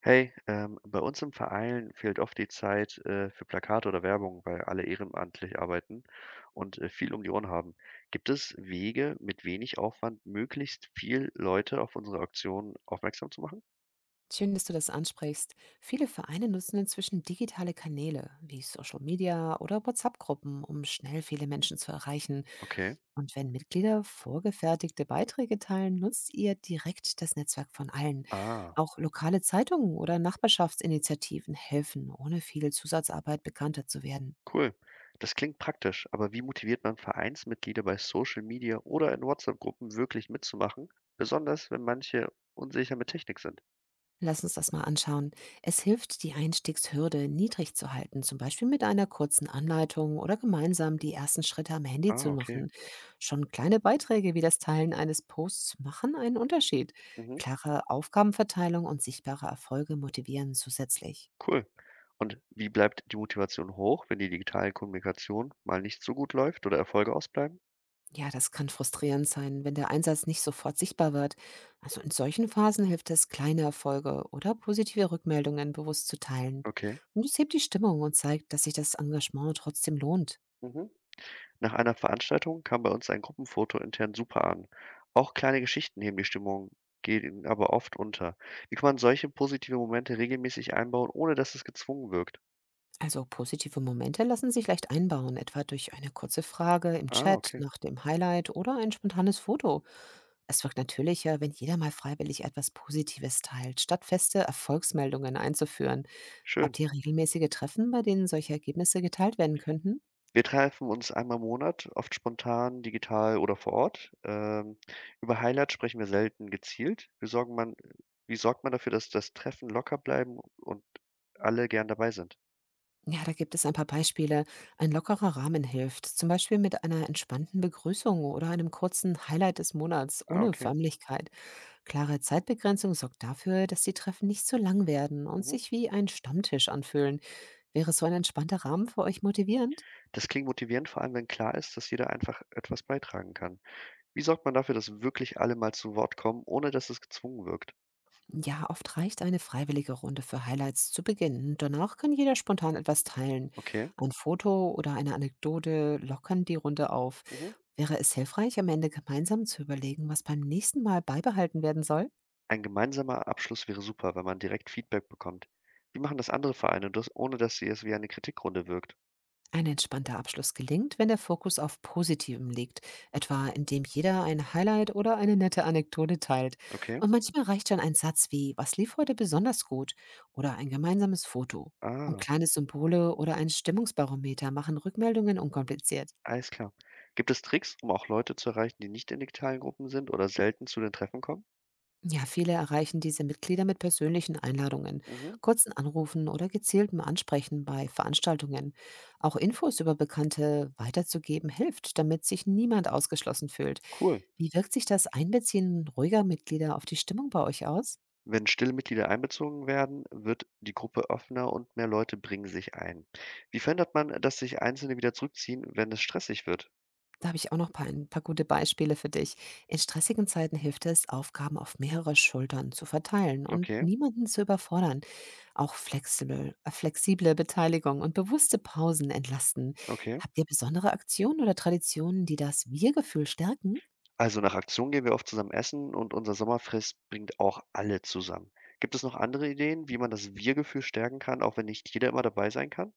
Hey, bei uns im Verein fehlt oft die Zeit für Plakate oder Werbung, weil alle ehrenamtlich arbeiten und viel um die Ohren haben. Gibt es Wege, mit wenig Aufwand möglichst viel Leute auf unsere Aktion aufmerksam zu machen? Schön, dass du das ansprichst. Viele Vereine nutzen inzwischen digitale Kanäle wie Social Media oder WhatsApp-Gruppen, um schnell viele Menschen zu erreichen. Okay. Und wenn Mitglieder vorgefertigte Beiträge teilen, nutzt ihr direkt das Netzwerk von allen. Ah, Auch lokale Zeitungen oder Nachbarschaftsinitiativen helfen, ohne viel Zusatzarbeit bekannter zu werden. cool. Das klingt praktisch, aber wie motiviert man Vereinsmitglieder bei Social Media oder in WhatsApp-Gruppen wirklich mitzumachen? Besonders wenn manche unsicher mit Technik sind. Lass uns das mal anschauen. Es hilft, die Einstiegshürde niedrig zu halten, zum Beispiel mit einer kurzen Anleitung oder gemeinsam die ersten Schritte am Handy Ah, zu okay. machen. Schon kleine Beiträge wie das Teilen eines Posts machen einen Unterschied. Mhm. Klare Aufgabenverteilung und sichtbare Erfolge motivieren zusätzlich. Cool. Und wie bleibt die Motivation hoch, wenn die digitale Kommunikation mal nicht so gut läuft oder Erfolge ausbleiben? Ja, das kann frustrierend sein, wenn der Einsatz nicht sofort sichtbar wird. Also in solchen Phasen hilft es, kleine Erfolge oder positive Rückmeldungen bewusst zu teilen. Okay. Und es hebt die Stimmung und zeigt, dass sich das Engagement trotzdem lohnt. Mhm. Nach einer Veranstaltung kam bei uns ein Gruppenfoto intern super an. Auch kleine Geschichten heben die Stimmung, gehen aber oft unter. Wie kann man solche positive Momente regelmäßig einbauen, ohne dass es gezwungen wirkt? Also positive Momente lassen sich leicht einbauen, etwa durch eine kurze Frage im Ah, Chat okay. nach dem Highlight oder ein spontanes Foto. Es wirkt natürlicher, wenn jeder mal freiwillig etwas Positives teilt, statt feste Erfolgsmeldungen einzuführen. Schön. Habt ihr regelmäßige Treffen, bei denen solche Ergebnisse geteilt werden könnten? Wir treffen uns einmal im Monat, oft spontan, digital oder vor Ort. Über Highlights sprechen wir selten gezielt. Wie sorgt man dafür, dass das Treffen locker bleiben und alle gern dabei sind? Ja, da gibt es ein paar Beispiele. Ein lockerer Rahmen hilft, zum Beispiel mit einer entspannten Begrüßung oder einem kurzen Highlight des Monats Ah, ohne okay. Förmlichkeit. Klare Zeitbegrenzung sorgt dafür, dass die Treffen nicht zu lang werden und Mhm. sich wie ein Stammtisch anfühlen. Wäre so ein entspannter Rahmen für euch motivierend? Das klingt motivierend, vor allem wenn klar ist, dass jeder einfach etwas beitragen kann. Wie sorgt man dafür, dass wirklich alle mal zu Wort kommen, ohne dass es gezwungen wirkt? Ja, oft reicht eine freiwillige Runde für Highlights zu Beginn. Danach kann jeder spontan etwas teilen. Okay. Ein Foto oder eine Anekdote lockern die Runde auf. Mhm. Wäre es hilfreich, am Ende gemeinsam zu überlegen, was beim nächsten Mal beibehalten werden soll? Ein gemeinsamer Abschluss wäre super, wenn man direkt Feedback bekommt. Wie machen das andere Vereine, das, ohne dass sie es wie eine Kritikrunde wirkt? Ein entspannter Abschluss gelingt, wenn der Fokus auf Positivem liegt, etwa indem jeder ein Highlight oder eine nette Anekdote teilt. Okay. Und manchmal reicht schon ein Satz wie, was lief heute besonders gut? Oder ein gemeinsames Foto. Und Ah. kleine Symbole oder ein Stimmungsbarometer machen Rückmeldungen unkompliziert. Alles klar. Gibt es Tricks, um auch Leute zu erreichen, die nicht in digitalen Gruppen sind oder selten zu den Treffen kommen? Ja, viele erreichen diese Mitglieder mit persönlichen Einladungen, Mhm. kurzen Anrufen oder gezieltem Ansprechen bei Veranstaltungen. Auch Infos über Bekannte weiterzugeben hilft, damit sich niemand ausgeschlossen fühlt. Cool. Wie wirkt sich das Einbeziehen ruhiger Mitglieder auf die Stimmung bei euch aus? Wenn stille Mitglieder einbezogen werden, wird die Gruppe offener und mehr Leute bringen sich ein. Wie verhindert man, dass sich Einzelne wieder zurückziehen, wenn es stressig wird? Da habe ich auch noch ein paar gute Beispiele für dich. In stressigen Zeiten hilft es, Aufgaben auf mehrere Schultern zu verteilen und Okay, niemanden zu überfordern. Auch flexible Beteiligung und bewusste Pausen entlasten. okay. Habt ihr besondere Aktionen oder Traditionen, die das Wir-Gefühl stärken? Also nach Aktion gehen wir oft zusammen essen und unser Sommerfest bringt auch alle zusammen. Gibt es noch andere Ideen, wie man das Wir-Gefühl stärken kann, auch wenn nicht jeder immer dabei sein kann?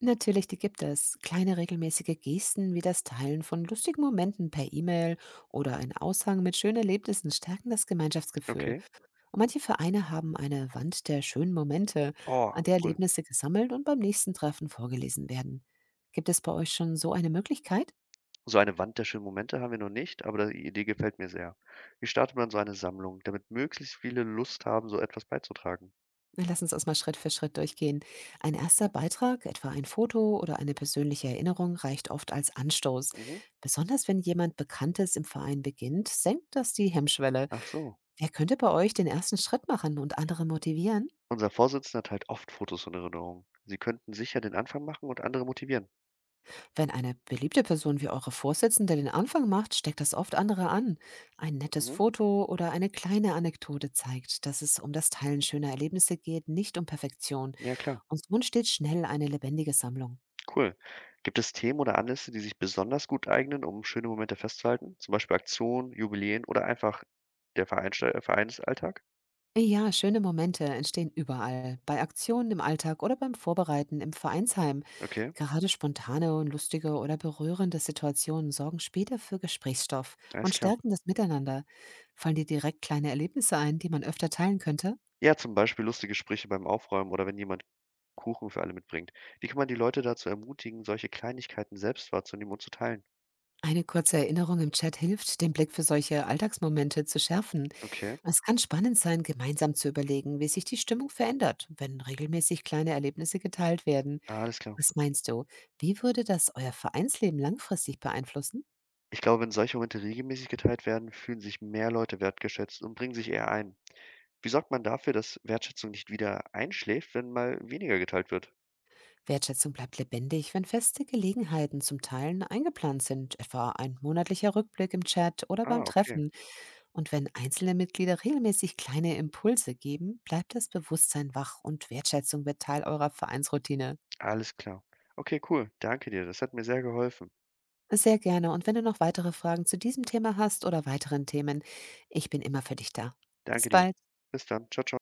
Natürlich, die gibt es. Kleine regelmäßige Gesten wie das Teilen von lustigen Momenten per E-Mail oder ein Aushang mit schönen Erlebnissen stärken das Gemeinschaftsgefühl. Okay. Und manche Vereine haben eine Wand der schönen Momente, Oh, an der cool. Erlebnisse gesammelt und beim nächsten Treffen vorgelesen werden. Gibt es bei euch schon so eine Möglichkeit? So eine Wand der schönen Momente haben wir noch nicht, aber die Idee gefällt mir sehr. Wie startet man so eine Sammlung, damit möglichst viele Lust haben, so etwas beizutragen? Na, lass uns das mal Schritt für Schritt durchgehen. Ein erster Beitrag, etwa ein Foto oder eine persönliche Erinnerung, reicht oft als Anstoß. Mhm. Besonders wenn jemand Bekanntes im Verein beginnt, senkt das die Hemmschwelle. Ach so. Wer könnte bei euch den ersten Schritt machen und andere motivieren? Unser Vorsitzender teilt oft Fotos und Erinnerungen. Sie könnten sicher den Anfang machen und andere motivieren. Wenn eine beliebte Person wie eure Vorsitzende den Anfang macht, steckt das oft andere an. Ein nettes Mhm. Foto oder eine kleine Anekdote zeigt, dass es um das Teilen schöner Erlebnisse geht, nicht um Perfektion. Ja, klar. Und so entsteht schnell eine lebendige Sammlung. Cool. Gibt es Themen oder Anlässe, die sich besonders gut eignen, um schöne Momente festzuhalten? Zum Beispiel Aktionen, Jubiläen oder einfach der Vereinsalltag? Ja, schöne Momente entstehen überall, bei Aktionen im Alltag oder beim Vorbereiten im Vereinsheim. Okay, Gerade spontane und lustige oder berührende Situationen sorgen später für Gesprächsstoff alles und klar. stärken das Miteinander. Fallen dir direkt kleine Erlebnisse ein, die man öfter teilen könnte? Ja, zum Beispiel lustige Sprüche beim Aufräumen oder wenn jemand Kuchen für alle mitbringt. Wie kann man die Leute dazu ermutigen, solche Kleinigkeiten selbst wahrzunehmen und zu teilen? Eine kurze Erinnerung im Chat hilft, den Blick für solche Alltagsmomente zu schärfen. Okay, Es kann spannend sein, gemeinsam zu überlegen, wie sich die Stimmung verändert, wenn regelmäßig kleine Erlebnisse geteilt werden. ah, alles klar. Was meinst du, wie würde das euer Vereinsleben langfristig beeinflussen? Ich glaube, wenn solche Momente regelmäßig geteilt werden, fühlen sich mehr Leute wertgeschätzt und bringen sich eher ein. Wie sorgt man dafür, dass Wertschätzung nicht wieder einschläft, wenn mal weniger geteilt wird? Wertschätzung bleibt lebendig, wenn feste Gelegenheiten zum Teilen eingeplant sind, etwa ein monatlicher Rückblick im Chat oder beim Ah, okay, Treffen. Und wenn einzelne Mitglieder regelmäßig kleine Impulse geben, bleibt das Bewusstsein wach und Wertschätzung wird Teil eurer Vereinsroutine. alles klar. Okay, cool. Danke dir. Das hat mir sehr geholfen. Sehr gerne. Und wenn du noch weitere Fragen zu diesem Thema hast oder weiteren Themen, ich bin immer für dich da. Danke Bis dir. bald. Bis dann. Ciao, ciao.